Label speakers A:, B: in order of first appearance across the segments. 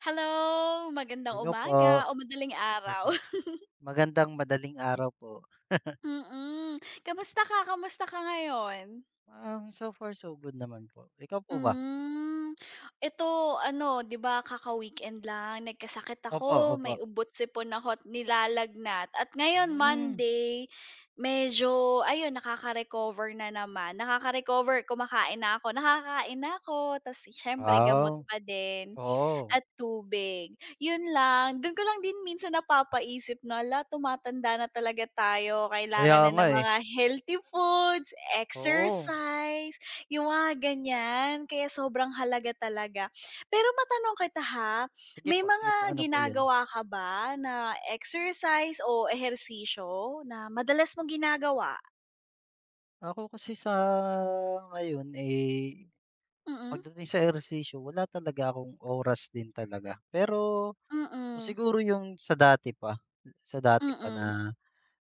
A: Hello, magandang
B: Hello po.
A: umaga o madaling araw.
B: Opo, magandang madaling araw po.
A: Mm, kamusta ka ngayon?
B: So far so good naman po. Ikaw po ba?
A: Hmm, ito ano, 'di ba kaka-weekend lang nagkasakit
B: Opo,
A: ako, may
B: opo.
A: ubot, sipon ako't nilalagnat at ngayon
B: Hmm,
A: Monday, medyo ayun nakaka-recover na naman. Nakaka-recover, kumakain na ako, nakakain na ako ta's siyempre gamot
B: wow,
A: pa din.
B: oo.
A: At tubig, yun lang. Dun ko lang din minsan napapaisip na, hala tumatanda na talaga tayo,
B: Kaya
A: kailangan na
B: nga,
A: ng
B: eh.
A: mga healthy foods,
B: Oo.
A: exercise, yung mga ganyan. Kaya sobrang halaga talaga. Pero matanong kita ha, may mga
B: Sige po, ano po 'yun?
A: ginagawa ka ba na exercise o ehersisyo na madalas mong ginagawa?
B: Ako kasi sa ngayon, eh,
A: Mm.
B: pagdating sa ehersisyo wala talaga akong oras din talaga. Pero kung
A: Mm.
B: siguro yung sa dati pa, sa dati pa
A: Mm.
B: na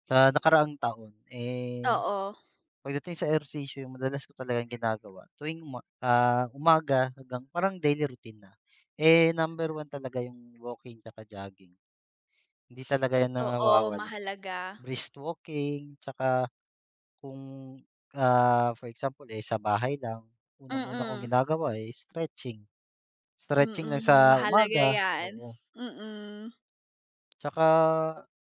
B: sa nakaraang taon, eh.
A: Oo,
B: Pagdating sa ehersisyo yung madalas ko talagang ginagawa tuwing umaga hanggang parang daily routine na, eh, number one talaga yung walking tsaka jogging. Hindi talaga yan
A: totoo
B: nawawala.
A: mahalaga.
B: Brisk walking tsaka kung, for example, eh, sa bahay lang, unang-una kong
A: Mm.
B: ginagawa, eh, stretching. Stretching lang
A: Mm,
B: sa
A: mahalaga
B: umaga,
A: 'yan.
B: oo.
A: Mm,
B: Tsaka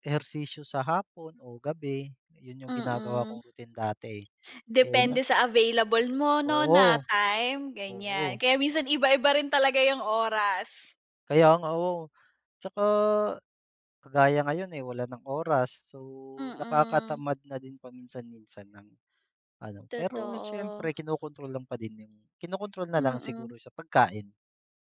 B: ehersisyo sa hapon o gabi, yun yung ginagawa
A: mm.
B: kong routine dati, eh. Eh, nga
A: Depende sa available mo 'no, na
B: oo,
A: time, ganyan.
B: oo.
A: Kaya minsan iba-iba rin talaga yung oras.
B: Kaya nga, oo. Tsaka kagaya ngayon, eh, wala ng oras. So,
A: Mm,
B: nakakatamad na din paminsan-minsan ng ano, pero
A: totoo.
B: siyempre kinokontrol lang pa din yung kinokontrol na lang
A: Mm,
B: siguro sa pagkain,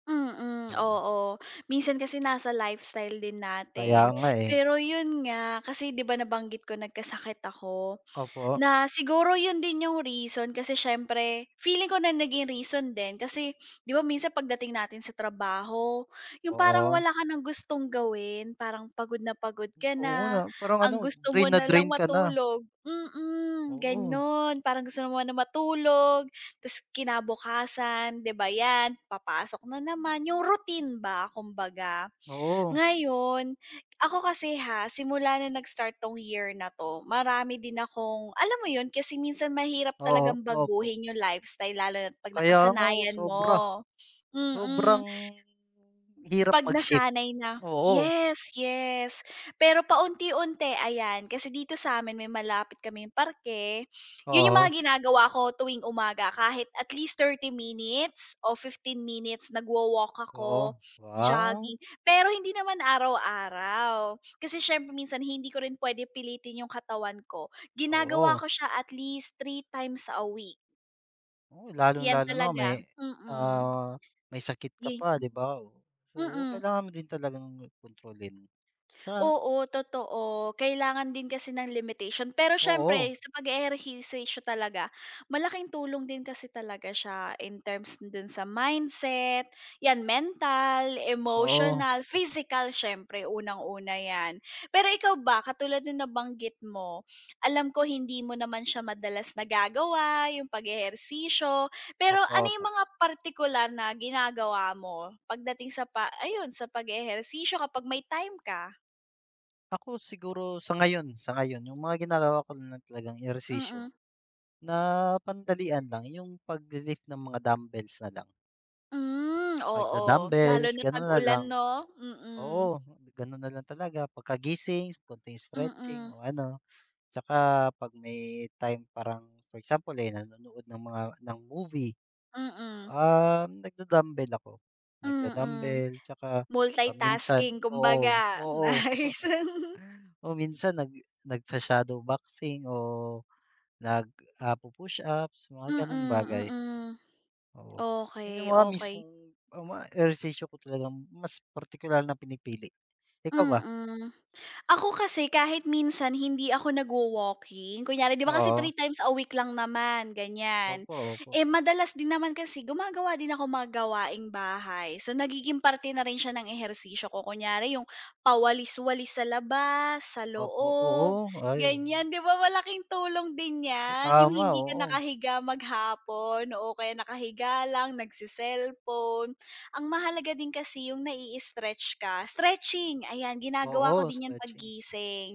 A: mm,
B: oo.
A: oo. Minsan kasi nasa lifestyle din
B: Kaya
A: natin.
B: nga, eh.
A: Pero yun nga, kasi 'di ba nabanggit ko nagkasakit ako.
B: Opo,
A: Na siguro yun din yung reason kasi siyempre feeling ko na naging reason din kasi 'di ba minsan pagdating natin sa trabaho, yung parang
B: oo.
A: wala ka ng gustong gawin, parang pagod na pagod ka
B: Oo na,
A: na,
B: parang ano,
A: ang gusto mo
B: drain na
A: na lang
B: drain ka na.
A: matulog mm,
B: Oo,
A: gano'n. Parang gusto mo na matulog ta's kinabukasan 'di ba 'yan, papasok na naman, yung routine ba kumbaga.
B: oo,
A: Ngayon, ako kasi ha, simula na nag-start 'tong year na 'to, marami din akong alam mo 'yun, kasi minsan mahirap
B: oo,
A: talagang
B: opo.
A: baguhin yung lifestyle lalo na 'pag
B: Kaya nga, oh,
A: nakasanayan
B: sobra.
A: mo. Mm.
B: Sobrang hirap
A: 'Pag
B: mag-shift.
A: nasanay na,
B: Oo,
A: yes, yes. Pero paunti-unti ayan, kasi dito sa'min may malapit kaming parke, 'yun yung mga
B: oo,
A: ginagawa ko tuwing umaga kahit at least 30 minutes o 15 minutes nagwa-walk ako,
B: oo. Wow,
A: jogging. Pero hindi naman araw-araw, kasi siyempre minsan hindi ko rin puwede pilitin yung katawan ko. Ginagawa
B: oo.
A: ko siya at least 3 times a week,
B: Oo,
A: 'yan
B: lalong-lalo na
A: talaga,
B: may,
A: mm.
B: ah, may sakit ka
A: Yun
B: pa, 'di ba? So,
A: mm.
B: kailangan mo din talagang kontrolin. Ah,
A: Oo, totoo. Kailangan din kasi ng limitation. Pero siyempre
B: oo,
A: sa pag-eehersisyo talaga, malaking tulong din kasi talaga siya in terms dun sa mindset, 'yan mental,
B: oo.
A: emotional, physical siyempre unang-una 'yan. Pero ikaw ba, katulad nung nabanggit mo, alam ko hindi mo naman siya madalas nagagawa, yung pag-ehersisyo, pero
B: Opo,
A: ano yung
B: opo.
A: mga partikular na ginagawa mo pagdating sa pa ayun, sa pag-eehersisyo kapag may time ka?
B: Ako siguro sa ngayon yung mga ginagawa ko na lang talagang ehersisyo
A: Mm.
B: na pandalian lang yung pagle-lift ng mga dumbbells na lang.
A: Hmm, oo. Lalo
B: Pagda-dumbbells,
A: na
B: gano'n na
A: tag-ulan
B: lang.
A: 'no? Mm.
B: Oo, gano'n na lang talaga pagkagising, konting stretching
A: Mm.
B: o ano, 'tsaka 'pag may time parang for example, eh, nanonood ng mga movie.
A: Mm.
B: Nagda-dumbbell ako.
A: Mm.
B: Nagda-dumbbell tsaka, ah, minsan
A: Multitasking
B: oo,
A: kumbaga.
B: oo,
A: Nice.
B: oo, minsan nagsha-shadow boxing o nag, ah, pu-push-ups, mga
A: Mm,
B: gano'ng bagay,
A: mm.
B: oo. 'Yun yung
A: Okey,
B: mga
A: okey.
B: mismong, ah, mga ehersisyo ko talagang mas partikular na pinipili. Ikaw ba?
A: Mm. Ako kasi kahit minsan hindi ako nagwo-walking, kunyari 'di ba kasi
B: Oo.
A: 3 times a week lang naman, ganyan.
B: Opo, opo.
A: Eh, madalas din naman kasi gumagawa din ako mga gawaing bahay. So, nagiging parte na rin siya ng ehersisyo ko. Kunyari yung pawalis-walis sa labas, sa
B: Opo, oo,
A: loob,
B: ay, oo,
A: ganyan. 'Di ba malaking tulong din 'yan, yung
B: tama,
A: hindi ka
B: oo.
A: nakahiga maghapon o kaya nakahiga lang, nagse ang mahalaga din kasi yung nai-stretch ka. Stretching, ayan ginagawa ko
B: Oo,
A: din 'yan
B: stretching.
A: paggising.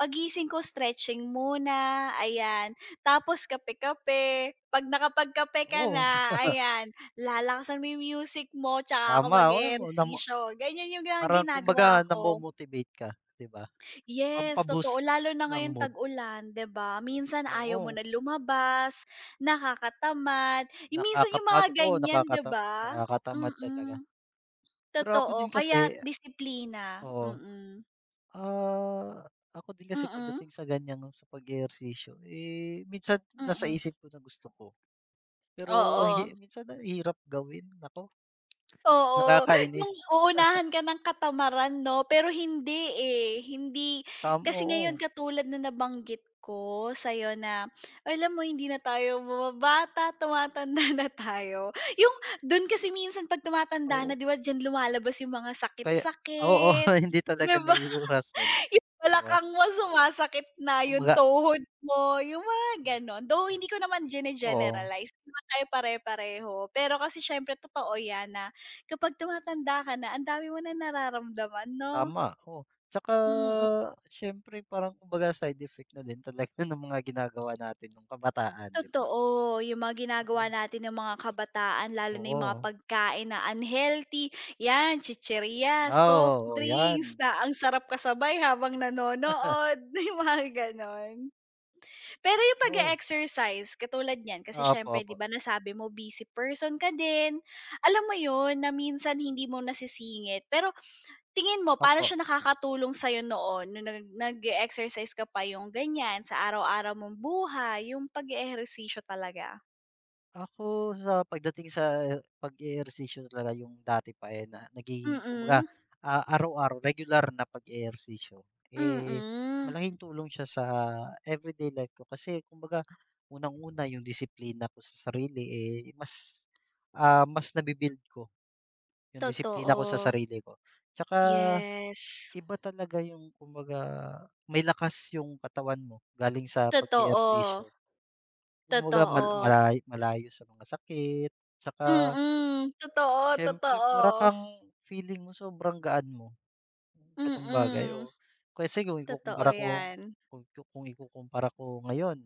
A: Paggising ko stretching muna, ayan. Tapos kape-kape, 'pag nakapagkape ka na,
B: Oo,
A: ayan, lalakasan mo yung music mo tsaka ako
B: tama, wow,
A: mag-ehersisyo. Ganyan yung mga
B: parang kumbaga
A: ginagawa ko.
B: namo-motivate ka, 'di ba?
A: Yes, totoo
B: Pampa-boost
A: lalo na
B: ng
A: ngayong
B: mood.
A: tag-ulan, 'di ba? Minsan ayaw mo
B: Oo,
A: na lumabas, nakakatamad, yung minsan yung mga
B: nakakapagod oo,
A: ganyan, 'di ba?
B: nakakatamad talaga.
A: Mm.
B: Pero ako din
A: Totoo, kaya
B: kasi
A: disiplina,
B: oo,
A: mm.
B: ah, ako din kasi
A: Mm,
B: pagdating sa ganyan sa pag-ehersisyo, eh, minsan nasa
A: mm,
B: isip ko na gusto ko, pero ang
A: oo,
B: hi minsan ang hirap gawin, naku,
A: oo, yung
B: nakakainis.
A: uunahan ka ng katamaran 'no, pero hindi, eh, hindi kasi ngayon
B: Oo,
A: katulad na nabanggit ko sa'yo na alam mo hindi na tayo bumabata, tumatanda na tayo. Yung dun kasi minsan 'pag tumatanda na
B: oo,
A: 'di ba diyan lumalabas yung mga
B: kaya oo,
A: sakit-sakit,
B: hindi
A: 'di
B: talaga
A: ba?
B: naiiwasan,
A: Yung
B: 'di ba?
A: balakang mo sumasakit na, yung
B: Kumbaga
A: tuhod mo, yung mga gano'n. Though hindi ko naman
B: oo.
A: gine-generalize, hindi naman tayo pare-pareho. Pero kasi siyempre totoo 'yan na kapag tumatanda ka na, ang dami mo na nararamdaman 'no?
B: Tama, oo. Tsaka
A: Mm,
B: siyempre parang kumbaga side effect na din talaga ng mga ginagawa natin nung kabataan, 'di ba?
A: totoo. Yung mga ginagawa
B: Oo,
A: natin ng mga kabataan, lalo na yung mga
B: oo.
A: pagkain na unhealthy, 'yan, chichirya,
B: Ah,
A: soft
B: oo, 'yan.
A: drinks na ang sarap kasabay habang nanonood, yung mga gano'n. Pero yung pag
B: Oo,
A: exercise katulad niyan kasi
B: opo,
A: siyempre 'di
B: opo.
A: ba nasabi mo busy person ka din, alam mo yun na minsan hindi mo nasisingit pero tingin mo paano
B: Opo.
A: siya nakakatulong sa'yo noon nung nag nag exercise ka pa yung ganyan sa araw-araw mong buhay yung pag-eehersisyo talaga?
B: Ako sa pagdating sa pag-eehersisyo talaga yung dati pa, eh, na
A: Mm,
B: nagiging kumbaga,
A: mm,
B: ah, araw-araw regular na pag-eehersisyo,
A: mm
B: eh,
A: mm,
B: malaking tulong siya sa everyday life ko kasi kumbaga unang-una yung disiplina ko sa sarili, eh, mas, ah, mas nabi-build ko yung disiplina ko sa
A: totoo.
B: sarili ko. Tsaka
A: Yes,
B: iba talaga yung kumbaga may lakas yung katawan mo galing sa
A: totoo,
B: pag-eehersisyo. Kumbaga
A: totoo.
B: malayo sa mga sakit, tsaka
A: Mm, mm, totoo,
B: siyempre
A: totoo.
B: para kang feeling mo sobrang gaan mo, gano'ng bagay,
A: Mm,
B: oo. Kasi kung
A: totoo
B: ikukumpara ko
A: yan.
B: kung kung ikukumpara ko ngayon,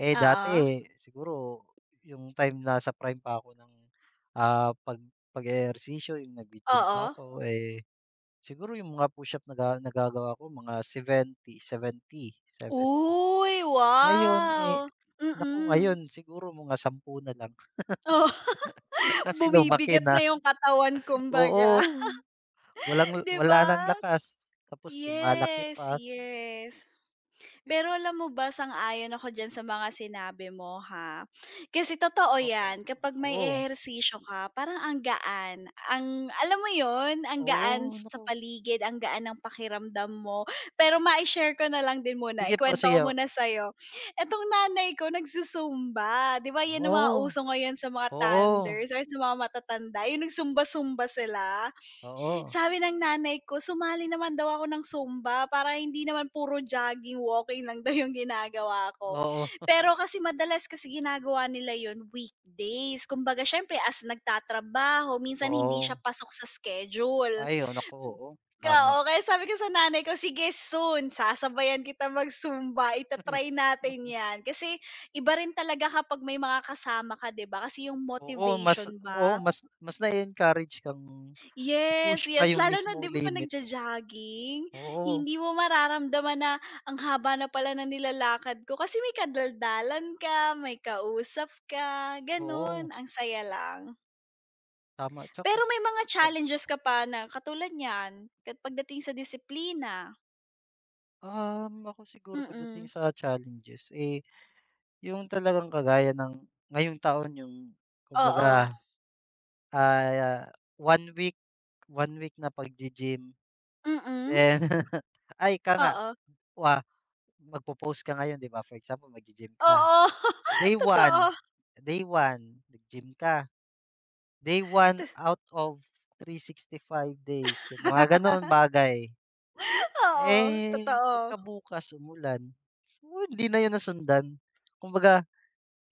B: eh,
A: Oo,
B: dati siguro yung time nasa prime pa ako ng, ah, pag-eehersisyo yung naggi-gym pa
A: oo.
B: ako, eh, siguro yung mga push-up nagagawa ko mga seventy seventy seven
A: Uy,
B: ngayon, eh,
A: wow!
B: naku
A: Mm.
B: ngayon siguro mga 10 na lang.
A: Oh,
B: Kasi lumaki
A: bumibigat
B: na,
A: na yung katawan
B: oo.
A: kumbaga,
B: Walang
A: 'di
B: wala
A: ba?
B: ng lakas, tapos lumalaki
A: Yes,
B: pa. So,
A: yes. Pero alam mo ba, sang-ayon ako diyan sa mga sinabi mo ha. Kasi totoo
B: opo,
A: 'yan, kapag may
B: oo,
A: ehersisyo ka parang ang gaan, ang alam mo yon ang gaan
B: oo,
A: sa
B: naku.
A: paligid, ang gaan ng pakiramdam mo. Pero ma share ko na lang din muna,
B: Sige po,
A: ikuwento ko
B: sige po.
A: muna sa'yo. Etong nanay ko nagsu 'di ba 'yan ang mga
B: Oo,
A: uso ngayon sa mga
B: oo,
A: thunders or sa mga matatanda, yung nag zumba sila.
B: oo,
A: Sabi ng nanay ko sumali naman daw ako ng Zumba para hindi naman puro jogging, walking lang daw yung ginagawa ko.
B: oo,
A: Pero kasi madalas kasi ginagawa nila yun weekdays. Kumbaga siyempre as nagtatrabaho, minsan hindi siya
B: oo.
A: pasok sa schedule.
B: Ay, oo, naku, oo,
A: Ka
B: tama.
A: okay, sabi ko sa nanay ko, "Sige soon sasabayan kita mag-Zumba, itatry natin 'yan." Kasi iba rin talaga kapag may mga kasama ka, 'di ba? Kasi yung motivation ba
B: Oo, mas mas na encourage kang
A: yes,
B: push pa
A: yes.
B: yung
A: Lalo na 'di
B: mismong
A: ba 'pag
B: limit mo.
A: nagjo-jogging,
B: Oo,
A: hindi mo mararamdaman na ang haba na pala ng nilalakad ko kasi may kadaldalan ka, may kausap ka, gano'n.
B: oo,
A: Ang saya lang.
B: tama.
A: Pero
B: Tsaka,
A: may mga challenges ka pa na katulad niyan, kat pagdating sa disiplina.
B: ako siguro pagdating
A: Mm,
B: sa challenges, eh. Yung talagang kagaya ng ngayong taon yung
A: oo.
B: kumbaga, ah, one week 1 week na paggi-gym
A: Mm,
B: then ay ika nga
A: oo.
B: wa magpo-post ka ngayon 'di ba, for example maggi-gym ka.
A: Oo,
B: Day
A: totoo.
B: one Day 1 nag-gym ka, Day 1 out of 365 days mga gano'n bagay.
A: Oo,
B: Eh, pagka
A: totoo.
B: bukas umulan, so hindi na 'yun nasundan. Kumbaga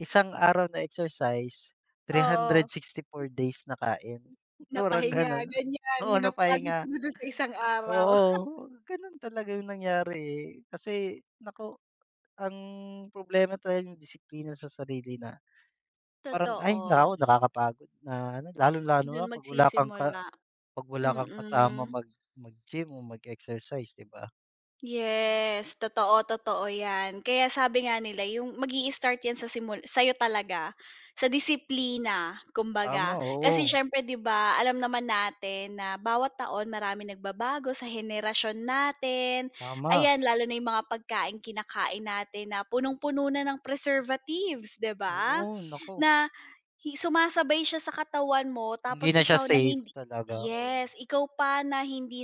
B: 1 araw na exercise, three hundred
A: Oo,
B: sixty four days na kain, parang
A: napahinga,
B: gano'n.
A: ganyan.
B: Oo,
A: Yung
B: na
A: napagod ka
B: pahinga,
A: na dun sa isang araw.
B: oo, gano'n talaga yung nangyari, eh. Kasi naku, ang problema talaga yung disiplina sa sarili na parang, ay
A: Totoo.
B: naku, nakakapagod na ano, lalong-lalo
A: Dun
B: na
A: magsisimula,
B: 'pag wala kang kasama
A: mm.
B: mag-gym o mag-exercise, 'di ba?
A: Yes, totoo, totoo 'yan. Kaya sabi nga nila yung mag-i-start 'yan sa simul sa'yo talaga, sa disiplina
B: Tama,
A: kumbaga. Kasi
B: oo,
A: siyempre 'di ba alam naman natin na bawat taon maraming nagbabago sa henerasyon natin.
B: tama,
A: Ayan, lalo na yung mga pagkaing kinakain natin na punong-puno na ng preservatives, 'di ba?
B: oo, naku,
A: Na hi sumasabay siya sa katawan mo
B: hindi
A: tapos
B: na siya
A: ikaw na
B: safe
A: hindi
B: talaga, oo.
A: yes, ikaw pa na hindi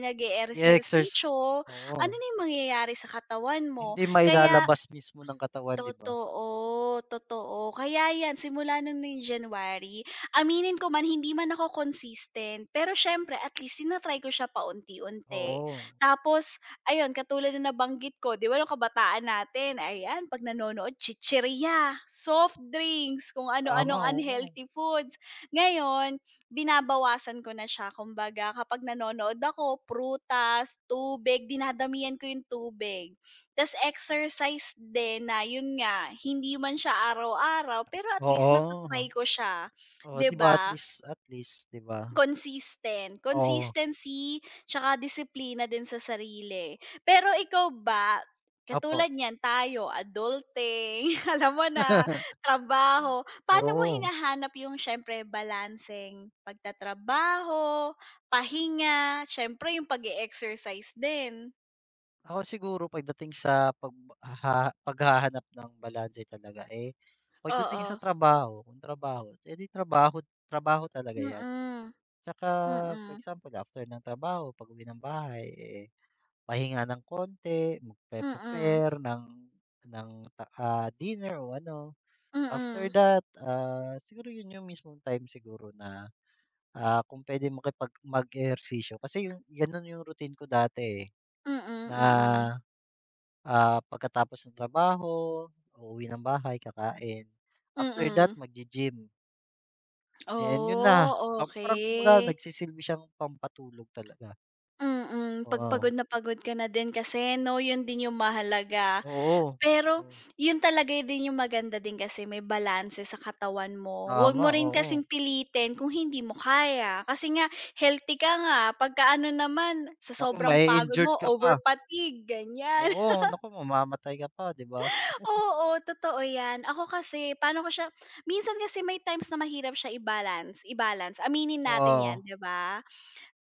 B: I-exerci
A: nag-eehersisyo,
B: Oo.
A: ano na yung mangyayari sa katawan mo.
B: Hindi
A: Kaya
B: mailalabas mismo ng katawan, 'di ba?
A: totoo, totoo. Kaya 'yan simula nung January, aminin ko man hindi man ako consistent, pero siyempre at least tina ko siya paunti-unti.
B: Oo,
A: Tapos ayun, katulad na nabanggit ko, 'di ba nung kabataan natin, ayan 'pag nanonood chichirya, soft drinks, kung
B: tama,
A: ano-anong
B: oo.
A: unhealthy foods. Ngayon, binabawasan ko na siya kumbaga kapag nanonood ako, prutas, tubig, dinadamihan ko yung tubig. Tas exercise din na yun nga, hindi man siya araw-araw pero at least nata
B: Oo,
A: ko siya,
B: oh,
A: 'di
B: 'di ba
A: ba?
B: at least, 'di ba?
A: Consistent,
B: Oo,
A: consistency tsaka disiplina din sa sarili. Pero ikaw ba,
B: opo.
A: katulad niyan tayo adulting, alam mo na, trabaho, paano mo
B: Oo.
A: hinahanap yung siyempre balancing pagtatrabaho, pahinga, siyempre yung pag-e-exercise din?
B: Ako siguro pagdating sa paghahanap ng balanse talaga, eh, pagdating
A: Oo,
B: sa trabaho, kung trabaho, eh, 'di trabaho trabaho talaga 'yan.
A: mm,
B: Tsaka for
A: mm.
B: example after ng trabaho pag-uwi ng bahay, eh, pahinga ng konti,
A: Mm.
B: magpe-prepare ng ng dinner o ano.
A: Mm.
B: After that, ah, siguro yun yung mismong time siguro na, ah, kung pwede mag-ehersisyo kasi yun gano'n yung routine ko dati, eh,
A: Mm,
B: na,
A: mm.
B: ah, pagkatapos ng trabaho, uuwi ng bahay, kakain, after that
A: Mm.
B: maggi-gym, then yun na,
A: Oh,
B: ah, parang kumbaga
A: okey.
B: nagsisilbi siyang pampatulog talaga,
A: Mm, 'pag
B: oo.
A: pagod na pagod ka na din kasi 'no, yun din yung mahalaga.
B: Oo,
A: Pero
B: oo,
A: yun talaga din yung maganda din kasi may balanse sa katawan mo. Huwag
B: tama,
A: mo rin
B: oo.
A: kasing pilitin kung hindi mo kaya. Kasi nga healthy ka nga, pagka ano naman sa
B: Naku
A: sobrang pagod mo
B: ma-i-injured ka pa,
A: over fatigue, ganyan.
B: oo, naku mamamatay ka pa, 'di ba?
A: Oo, totoo 'yan. Ako kasi paano ko siya minsan kasi may times na mahirap siya i-balance i-balance, aminin natin 'yan,
B: Oo,
A: 'di ba?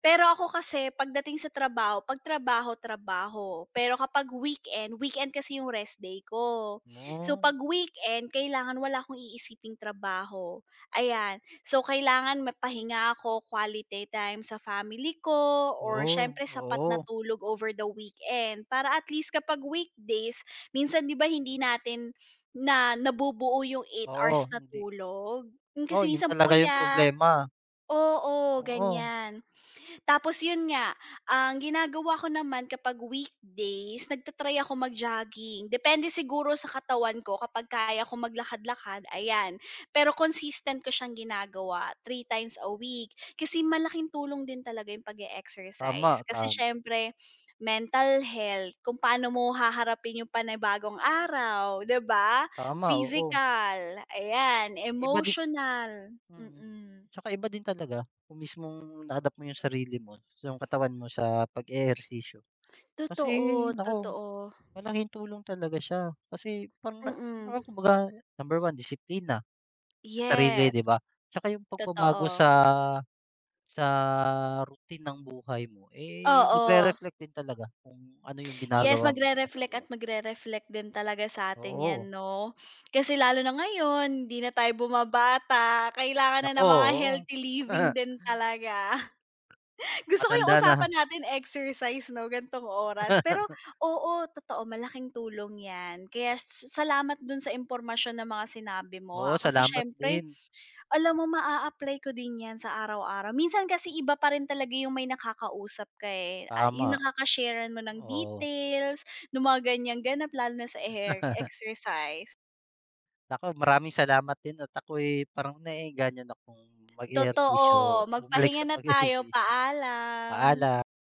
A: Pero ako kasi pagdating sa trabaho, 'pag trabaho, trabaho. Pero kapag weekend, weekend kasi yung rest day ko. So
B: hmm,
A: 'pag weekend, kailangan wala akong iisiping trabaho, ayan. So kailangan mapahinga ako, quality time sa family ko or
B: oo,
A: siyempre sapat na
B: oo.
A: tulog over the weekend para at least kapag weekdays, minsan 'di ba hindi natin na nabubuo yung eight
B: Oo,
A: hours na
B: hindi
A: tulog? Hmm,
B: oo,
A: kasi
B: 'yun
A: minsan
B: talaga yung
A: puyat
B: problema.
A: oo,
B: Oo,
A: ganyan. Tapos yun nga, ang ginagawa ko naman kapag weekdays, nagta-try ako mag-jogging. Depende siguro sa katawan ko kapag kaya ko maglakad-lakad, ayan. Pero consistent ko siyang ginagawa, 3 times a week. Kasi malaking tulong din talaga yung pag
B: tama,
A: exercise kasi
B: tam
A: siyempre, mental health, kung paano mo haharapin yung panibagong araw, 'di ba?
B: tama, oo.
A: Physical, ayan,
B: Iba din
A: emotional,
B: mm.
A: mm.
B: Tsaka iba din talaga kung mismong na-adapt mo yung sarili mo, yung katawan mo sa pag-eehersisyo. Kasi
A: Totoo,
B: naku,
A: totoo,
B: malaking tulong talaga siya kasi parang na
A: mm.
B: parang kumbaga number one disiplina sa sarili,
A: Yes,
B: 'di ba? Tsaka yung pagbabago
A: totoo.
B: sa sa routine ng buhay mo, eh,
A: Oo.
B: nagre-reflect din talaga kung ano yung
A: Yes,
B: ginagawa mo, 'di ba, sa
A: magre-reflect at
B: buhay.
A: magre-reflect din talaga sa'tin 'yan
B: Oo.
A: 'no? Kasi lalo na ngayon, hindi na tayo bumabata, kailangan na
B: Naku,
A: ng mga
B: oo.
A: healthy living din talaga. Gusto ko yung
B: Matanda na.
A: usapan natin exercise 'no, ganitong oras. Pero oo, totoo malaking tulong 'yan. Kaya sa salamat dun sa impormasyon na mga sinabi mo
B: Oo,
A: ha, kasi
B: salamat
A: siyempre
B: din.
A: alam mo maa-apply ko din 'yan sa araw-araw. Minsan kasi iba pa rin talaga yung may nakakausap ka, eh, ah, yung
B: Tama,
A: nakaka mo ng
B: oo.
A: details, ng mga ganyang ganap lalo na sa eher exercise.
B: Naku, maraming salamat din at ako'y parang naengganyo na kung
A: Totoo,
B: mag-ehersisyo, bumalik
A: magpahinga
B: sa
A: na tayo,
B: pag-ehersisyo.
A: paalam.
B: Paala